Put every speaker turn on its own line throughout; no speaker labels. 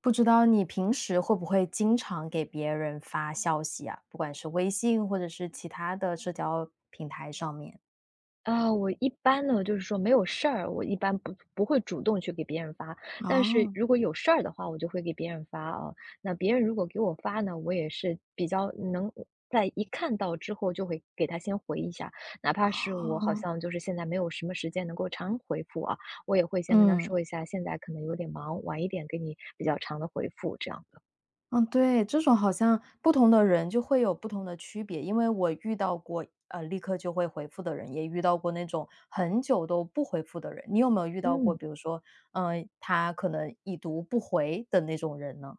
不知道你平时会不会经常给别人发消息啊？不管是微信或者是其他的社交平台上面。
啊，我一般呢，就是说没有事儿，我一般不会主动去给别人发，但是
哦。
如果有事儿的话，我就会给别人发啊。那别人如果给我发呢，我也是比较能在一看到之后就会给他先回一下，哪怕是我好
哦。
像就是现在没有什么时间能够长回复啊，我也会先跟他
嗯。
说一下，现在可能有点忙，晚一点给你比较长的回复这样的。
嗯，对，这种好像不同的人就会有不同的区别。因为我遇到过，立刻就会回复的人，也遇到过那种很久都不回复的人。你有没有遇到过，
嗯。
比如说，嗯，他可能已读不回的那种人呢？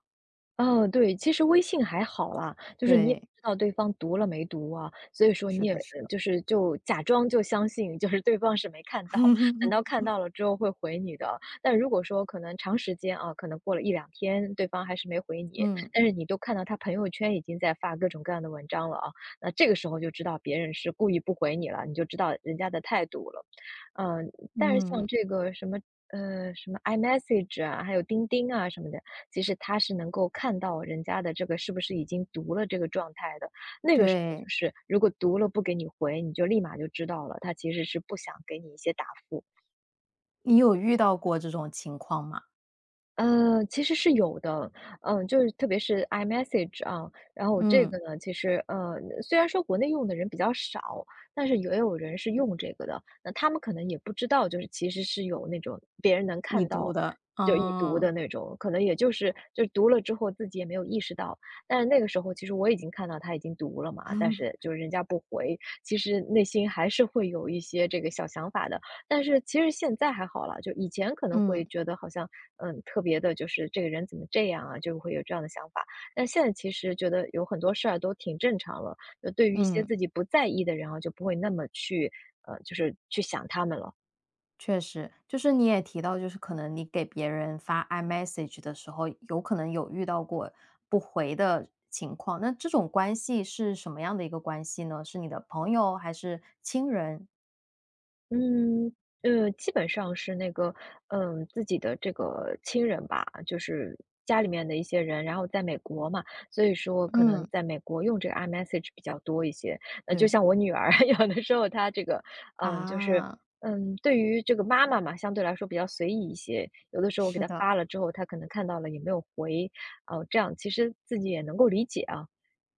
哦，对，其实微信还好啦，就是你也
对，
不知道对方读了没读啊，所以说你
是
也
的是的。
就是就假装就相信，就是对方是没看到，等到 看到了之后会回你的。但如果说可能长时间啊，可能过了一两天，对方还是没回你，
嗯。
但是你都看到他朋友圈已经在发各种各样的文章了啊，那这个时候就知道别人是故意不回你了，你就知道人家的态度了。嗯、但是像
嗯。
这个什么什么 iMessage 啊，还有钉钉啊什么的。其实他是能够看到人家的这个是不是已经读了这个状态的。那个时候就
对。
是，如果读了不给你回，你就立马就知道了，他其实是不想给你一些答复。
你有遇到过这种情况吗？
呃，其实是有的，嗯，就是特别是 iMessage 啊，然后这个
嗯。
呢，其实虽然说国内用的人比较少，但是也有人是用这个的。那他们可能也不知道，就是其实是有那种别人能
已
看
读
到
的，
就已读
嗯。
的那种，可能也就是就读了之后自己也没有意识到。但是那个时候，其实我已经看到他已经读了嘛，但是 就是人家不回，其实内心还是会有一些这个小想法的。但是其实现在还好了，就以前可能
嗯。
会觉得好像，嗯，特别的，就是这个人怎么这样啊，就会有这样的想法。但现在其实觉得有很多事儿都挺正常了，就对于一些
嗯。
自己不在意的人啊，就不会那么去就是去想他们了。
确实。就是你也提到，就是可能你给别人发 iMessage 的时候，有可能有遇到过不回的情况，那这种关系是什么样的一个关系呢？是你的朋友还是亲人？
嗯，呃，基本上是那个，嗯，自己的这个亲人吧，就是家里面的一些人，然后在美国嘛，所以说可能
嗯。
在美国用这个 iMessage 比较多一些。那就
对。
像我女儿，有的时候她这个，嗯，就是，
啊。
嗯，对于这个妈妈嘛，相对来说比较随意一些，有的时候我给
是
她
的。
发了之后，她可能看到了也没有回，哦，这样其实自己也能够理解啊。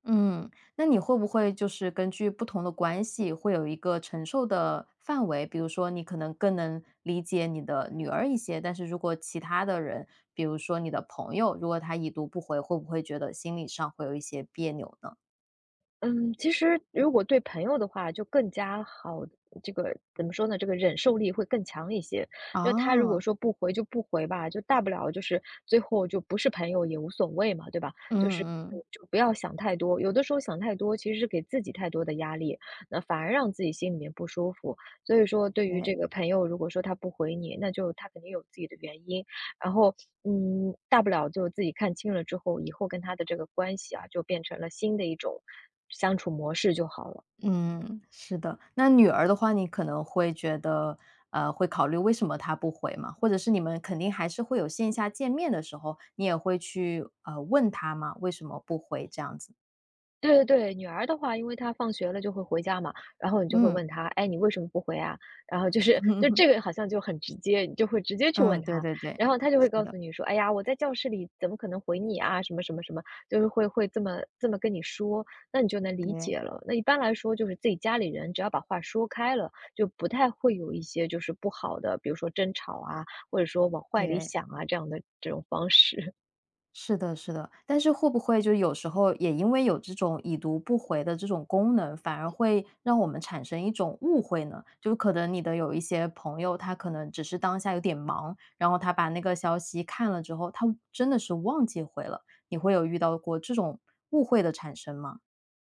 嗯，那你会不会就是根据不同的关系，会有一个承受的范围？比如说，你可能更能理解你的女儿一些，但是如果其他的人，比如说你的朋友，如果他已读不回，会不会觉得心理上会有一些别扭呢？
嗯，其实如果对朋友的话，就更加好，这个怎么说呢？这个忍受力会更强一些。就他如果
哦。
说不回就不回吧，就大不了就是最后就不是朋友也无所谓嘛，对吧？
嗯
就是嗯
嗯。
就不要想太多，有的时候想太多其实是给自己太多的压力，那反而让自己心里面不舒服。所以说，对于
对。
这个朋友，如果说他不回你，那就他肯定有自己的原因。然后，嗯，大不了就自己看清了之后，以后跟他的这个关系啊，就变成了新的一种相处模式就好了。
嗯，是的。那女儿的话，你可能会觉得，会考虑为什么她不回嘛？或者是你们肯定还是会有线下见面的时候，你也会去问她嘛，为什么不回这样子呢？
对对对，女儿的话，因为她放学了就会回家嘛，然后你就会
嗯。
问她："哎，你为什么不回啊？"然后就是就 这个好像就很直接，你就会直接去问
嗯，对
她，
对对。
然后她就会
是
告诉
的。
你说："哎呀，我在教室里怎么可能回你啊？什么什么什么。"就是会这么跟你说，那你就能理
对
解了。那一般来说，就是自己家里人只要把话说开了，就不太会有一些就是不好的，比如说争吵啊，或者说往坏里
对。
想啊这样的这种方式。
是的是的。但是会不会就有时候也因为有这种已读不回的这种功能，反而会让我们产生一种误会呢？就可能你的有一些朋友，他可能只是当下有点忙，然后他把那个消息看了之后，他真的是忘记回了。你会有遇到过这种误会的产生吗？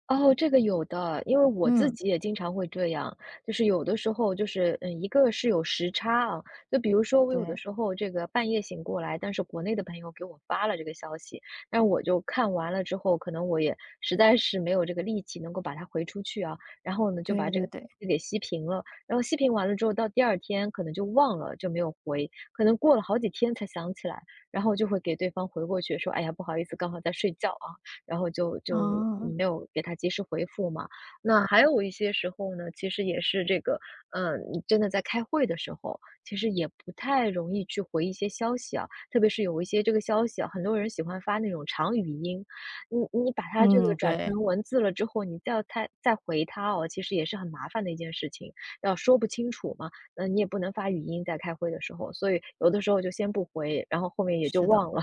哦，这个有的，因为我自
嗯。
己也经常会这样，就是有的时候就是，嗯，一个是有时差啊，就比如说我有的
对。
时候这个半夜醒过来，但是国内的朋友给我发了这个消息，但我就看完了之后，可能我也实在是没有这个力气能够把它回出去啊，然后呢就把
对
这个
对对。
给熄屏了，然后熄屏完了之后，到第二天可能就忘了，就没有回，可能过了好几天才想起来，然后就会给对方回过去说，哎呀，不好意思，刚好在睡觉啊。然后就
哦。
没有给他及时回复嘛。那还有一些时候呢，其实也是这个，嗯，你真的在开会的时候，其实也不太容易去回一些消息啊，特别是有一些这个消息啊，很多人喜欢发那种长语音，你把它这个
嗯，
转
对啊，嗯对。
成文字了之后，你再他再回他哦，其实也是很麻烦的一件事情，要说不清楚嘛，那你也不能发语音在开会的时候，所以有的时候就先不回，然后后面也就
是的。
忘了。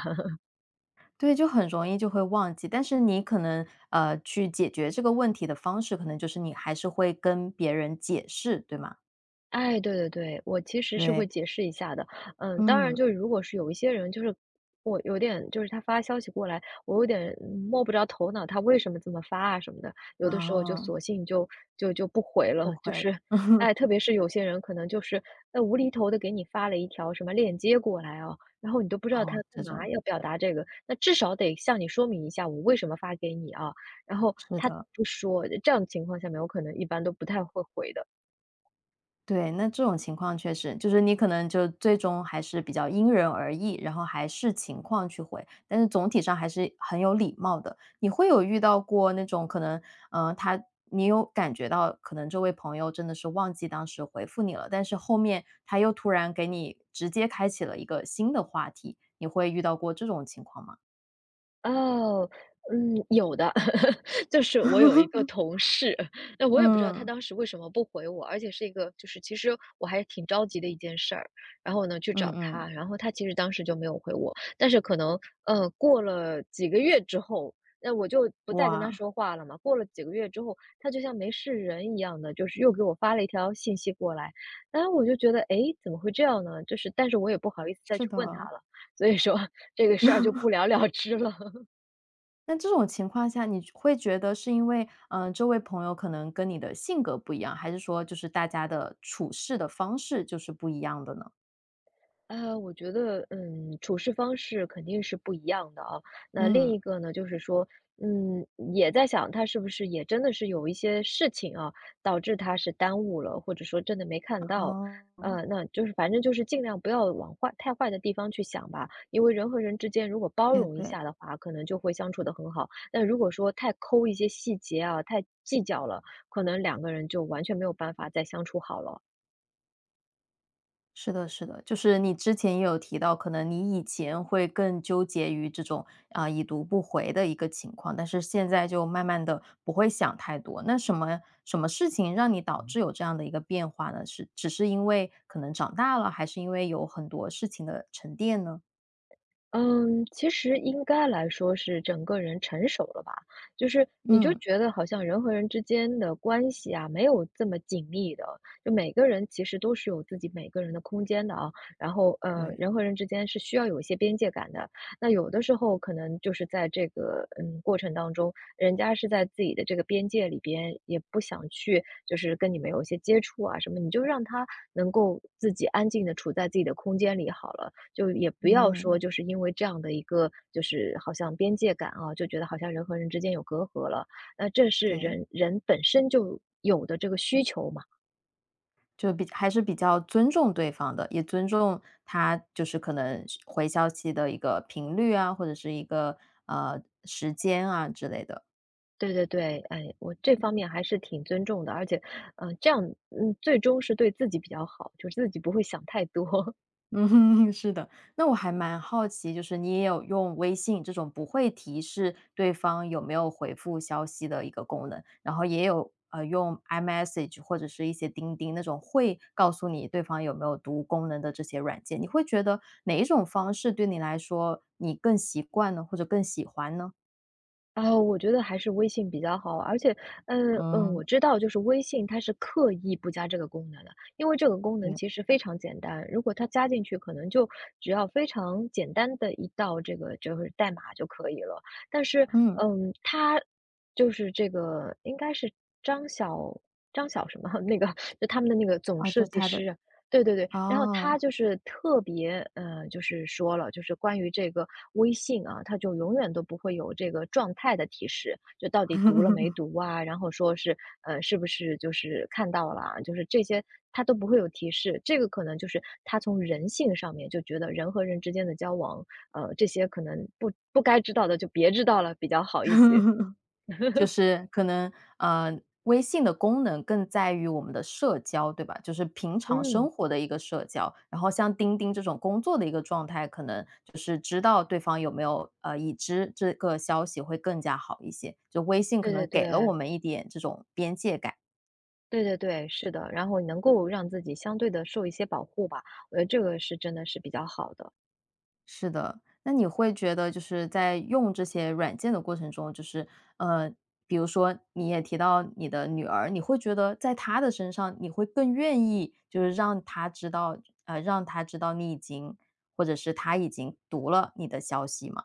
对，就很容易就会忘记，但是你可能，去解决这个问题的方式，可能就是你还是会跟别人解释，对吗？
哎，对对对，我其实是会
对。
解释一下的。嗯，当然，
嗯。
就如果是有一些人，就是我有点，就是他发消息过来，我有点摸不着头脑，他为什么这么发啊什么的，有的时候就
啊。
索性就不回了。
不
就
会了。
是，哎，特别是有些人可能就是，呃，无厘头的给你发了一条什么链接过来啊，然后你都不知道他
哦，
干
这
嘛
种。
要表达这个，那至少得向你说明一下我为什么发给你啊。然后
是
他都
的。
不说，这样的情况下面，我可能一般都不太会回的。
对，那这种情况确实，就是你可能就最终还是比较因人而异，然后还视情况去回，但是总体上还是很有礼貌的。你会有遇到过那种可能，嗯，他你有感觉到可能这位朋友真的是忘记当时回复你了，但是后面他又突然给你直接开启了一个新的话题，你会遇到过这种情况吗？
哦，嗯，有的。就是我有一个 同事，那我也不知道他
嗯。
当时为什么不回我，而且是一个就是其实我还挺着急的一件事儿，然后呢，去
嗯
找
嗯。
他，然后他其实当时就没有回我，但是可能，呃，过了几个月之后，那我就不再跟他
哇。
说话了嘛，过了几个月之后，他就像没事人一样的，就是又给我发了一条信息过来，然后我就觉得，诶，怎么会这样呢？就是但是我也不好意思再去
是
问他
的。
了，所以说 这个事儿就不了了之了。
那这种情况下，你会觉得是因为，嗯，这位朋友可能跟你的性格不一样，还是说就是大家的处事的方式就是不一样的呢？
呃，我觉得，嗯，处事方式肯定是不一样的啊。那另
嗯。
一个呢，就是说，嗯，也在想他是不是也真的是有一些事情啊，导致他是耽误了，或者说真的没看到。
哦。
那就是反正就是尽量不要往坏太坏的地方去想吧，因为人和人之间如果包
对
容一
对。
下的话，可能就会相处得很好。但如果说太抠一些细节啊，太计较了，可能两个人就完全没有办法再相处好了。
是的，是的，就是你之前也有提到，可能你以前会更纠结于这种啊、已读不回的一个情况，但是现在就慢慢的不会想太多。那什么什么事情让你导致有这样的一个变化呢？是只是因为可能长大了，还是因为有很多事情的沉淀呢？
嗯，其实应该来说是整个人成熟了吧，就是你就
嗯。
觉得好像人和人之间的关系啊，没有这么紧密的，就每个人其实都是有自己每个人的空间的啊。然后，
对。
人和人之间是需要有一些边界感的。那有的时候可能就是在这个过程当中，人家是在自己的这个边界里边，也不想去就是跟你们有一些接触啊什么，你就让他能够自己安静的处在自己的空间里好了。就也不要说
嗯。
就是因为这样的一个就是好像边界感啊，就觉得好像人和人之间有隔阂了，那这是
对，
人人本身就有的这个需求嘛。
就比还是比较尊重对方的，也尊重他就是可能是回消息的一个频率啊，或者是一个，时间啊之类的。
对对对，哎，我这方面还是挺尊重的，而且，嗯，这样，嗯，最终是对自己比较好，就是自己不会想太多。
嗯。是的。那我还蛮好奇，就是你也有用微信这种不会提示对方有没有回复消息的一个功能，然后也有用 iMessage 或者是一些钉钉那种会告诉你对方有没有读功能的这些软件，你会觉得哪一种方式对你来说你更习惯呢，或者更喜欢呢？
哦，我觉得还是微信比较好啊，而且，嗯嗯，我
嗯。
知道，就是微信它是刻意不加这个功能的，因为这个功能
对。
其实非常简单，如果它加进去，可能就只要非常简单的一道这个就是代码就可以了。但是，
嗯。
嗯，它就是这个应该是张小张小什么 那个，就他们的那个总
啊，
设
就是
计
它
师
的。
啊。对对对，然后他
哦。
就是特别，就是说了，就是关于这个微信啊，它就永远都不会有这个状态的提示，就到底读了没 读啊，然后说是，是不是就是看到了啊就是这些他都不会有提示。这个可能就是他从人性上面就觉得人和人之间的交往，这些可能不该知道的就别知道了比较好一些。
就是可能呃，微信的功能更在于我们的社交，对吧？就是平常
嗯，
生活的一个社交，然后像钉钉这种工作的一个状态，可能就是知道对方有没有已知这个消息会更加好一些。就微信
对
可
对
能给了
对。
我们一点这种边界感。
对对对，是的，然后能够让自己相对的受一些保护吧，我觉得这个是真的是比较好的。
是的，那你会觉得就是在用这些软件的过程中，就是呃，比如说你也提到你的女儿，你会觉得在她的身上，你会更愿意就是让她知道，让她知道你已经或者是她已经读了你的消息吗？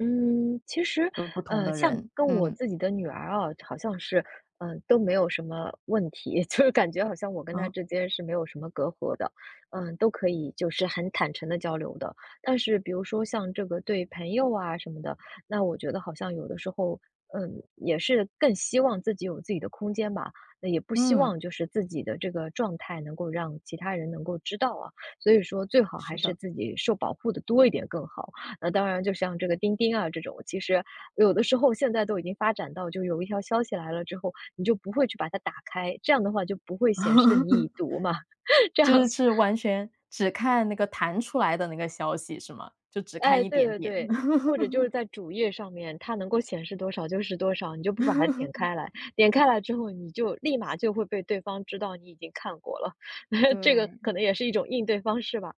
嗯，其实，
就不同的
像
人，
跟我
嗯。
自己的女儿啊，好像是，嗯、都没有什么问题，就是感觉好像我跟她
啊。
之间是没有什么隔阂的，嗯、都可以就是很坦诚的交流的。但是，比如说像这个对朋友啊什么的，那我觉得好像有的时候，嗯，也是更希望自己有自己的空间吧，那也不希
嗯。
望就是自己的这个状态能够让其他人能够知道啊，所以说最好还
是
是
的，
自己受保护的多一点更好。那当然就像这个钉钉啊这种，其实有的时候现在都已经发展到，就有一条消息来了之后，你就不会去把它打开，这样的话就不会显示你 已读嘛，这
就
样
是是完全只看那个弹出来的那个消息是吗？就只
哎，
看一
对
点
对
点。
对，或者就是在主页上面，它能够显示多少就是多少，你就不把它点 开来，点开来之后，你就立马就会被对方知道你已经看过了，这个
对。
可能也是一种应对方式吧。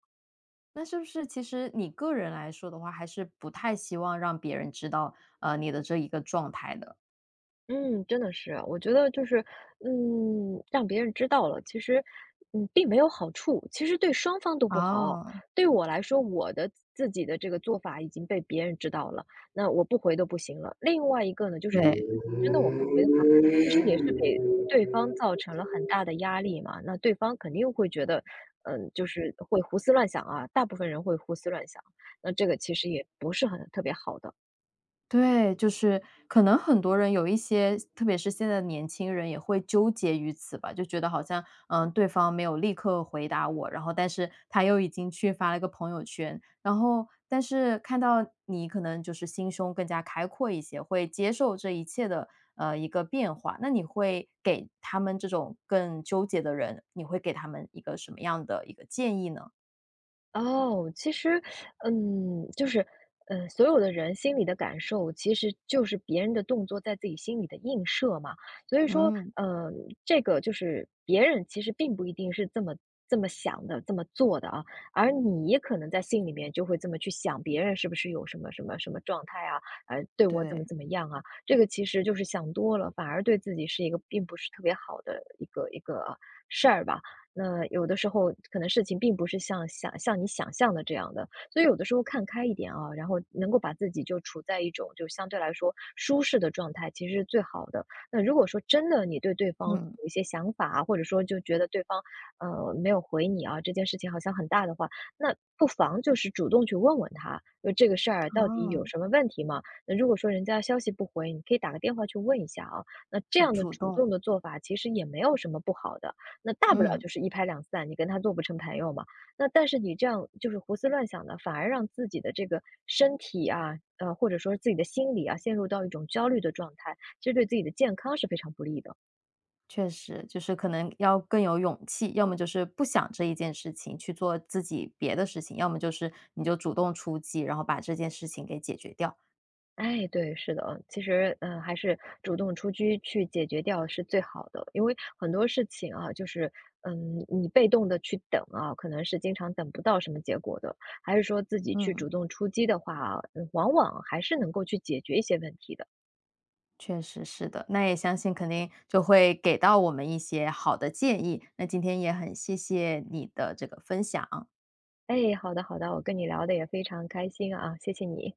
那是不是其实你个人来说的话，还是不太希望让别人知道，你的这一个状态的？
嗯，真的是啊我觉得就是，嗯，让别人知道了，其实，嗯，并没有好处，其实对双方都不好。
哦。
对我来说，我的自己的这个做法已经被别人知道了，那我不回都不行了。另外一个呢，就是
对。
真的我不回的话，其实也是给对方造成了很大的压力嘛。那对方肯定会觉得，嗯，就是会胡思乱想啊，大部分人会胡思乱想，那这个其实也不是很特别好的。
对，就是可能很多人有一些，特别是现在的年轻人也会纠结于此吧，就觉得好像，嗯，对方没有立刻回答我，然后但是他又已经去发了个朋友圈，然后但是看到你可能就是心胸更加开阔一些，会接受这一切的一个变化，那你会给他们这种更纠结的人，你会给他们一个什么样的一个建议呢？
哦，其实，嗯，就是，嗯，所有的人心里的感受，其实就是别人的动作在自己心里的映射嘛。所以说，
嗯。
嗯，这个就是别人其实并不一定是这么想的、这么做的啊，而你也可能在心里面就会这么去想，别人是不是有什么什么什么状态啊，呃，对我怎么
对。
怎么样啊？这个其实就是想多了，反而对自己是一个并不是特别好的一个事儿吧。那有的时候可能事情并不是像你想象的这样的，所以有的时候看开一点啊，然后能够把自己就处在一种就相对来说舒适的状态，其实是最好的。那如果说真的你对对方
嗯。
有一些想法啊或者说就觉得对方没有回你啊，这件事情好像很大的话，那不妨就是主动去问问他，就这个事儿到底
啊。
有什么问题吗？那如果说人家消息不回，你可以打个电话去问一下啊。那这
就
样的
主
主
动。
动的做法其实也没有什么不好的。那大不了
嗯。
就是一拍两散，你跟他做不成朋友嘛。那但是你这样就是胡思乱想的，反而让自己的这个身体啊，或者说自己的心理啊，陷入到一种焦虑的状态，其实对自己的健康是非常不利的。
确实，就是可能要更有勇气，要么就是不想这一件事情，去做自己别的事情，要么就是你就主动出击，然后把这件事情给解决掉。
哎，对，是的，其实，嗯、还是主动出击去解决掉是最好的，因为很多事情啊，就是，嗯，你被动的去等啊，可能是经常等不到什么结果的，还是说自己去
嗯。
主动出击的话啊，嗯往往还是能够去解决一些问题的。
确实是的，那也相信肯定就会给到我们一些好的建议。那今天也很谢谢你的这个分享。
哎，好的好的，我跟你聊的也非常开心啊，谢谢你。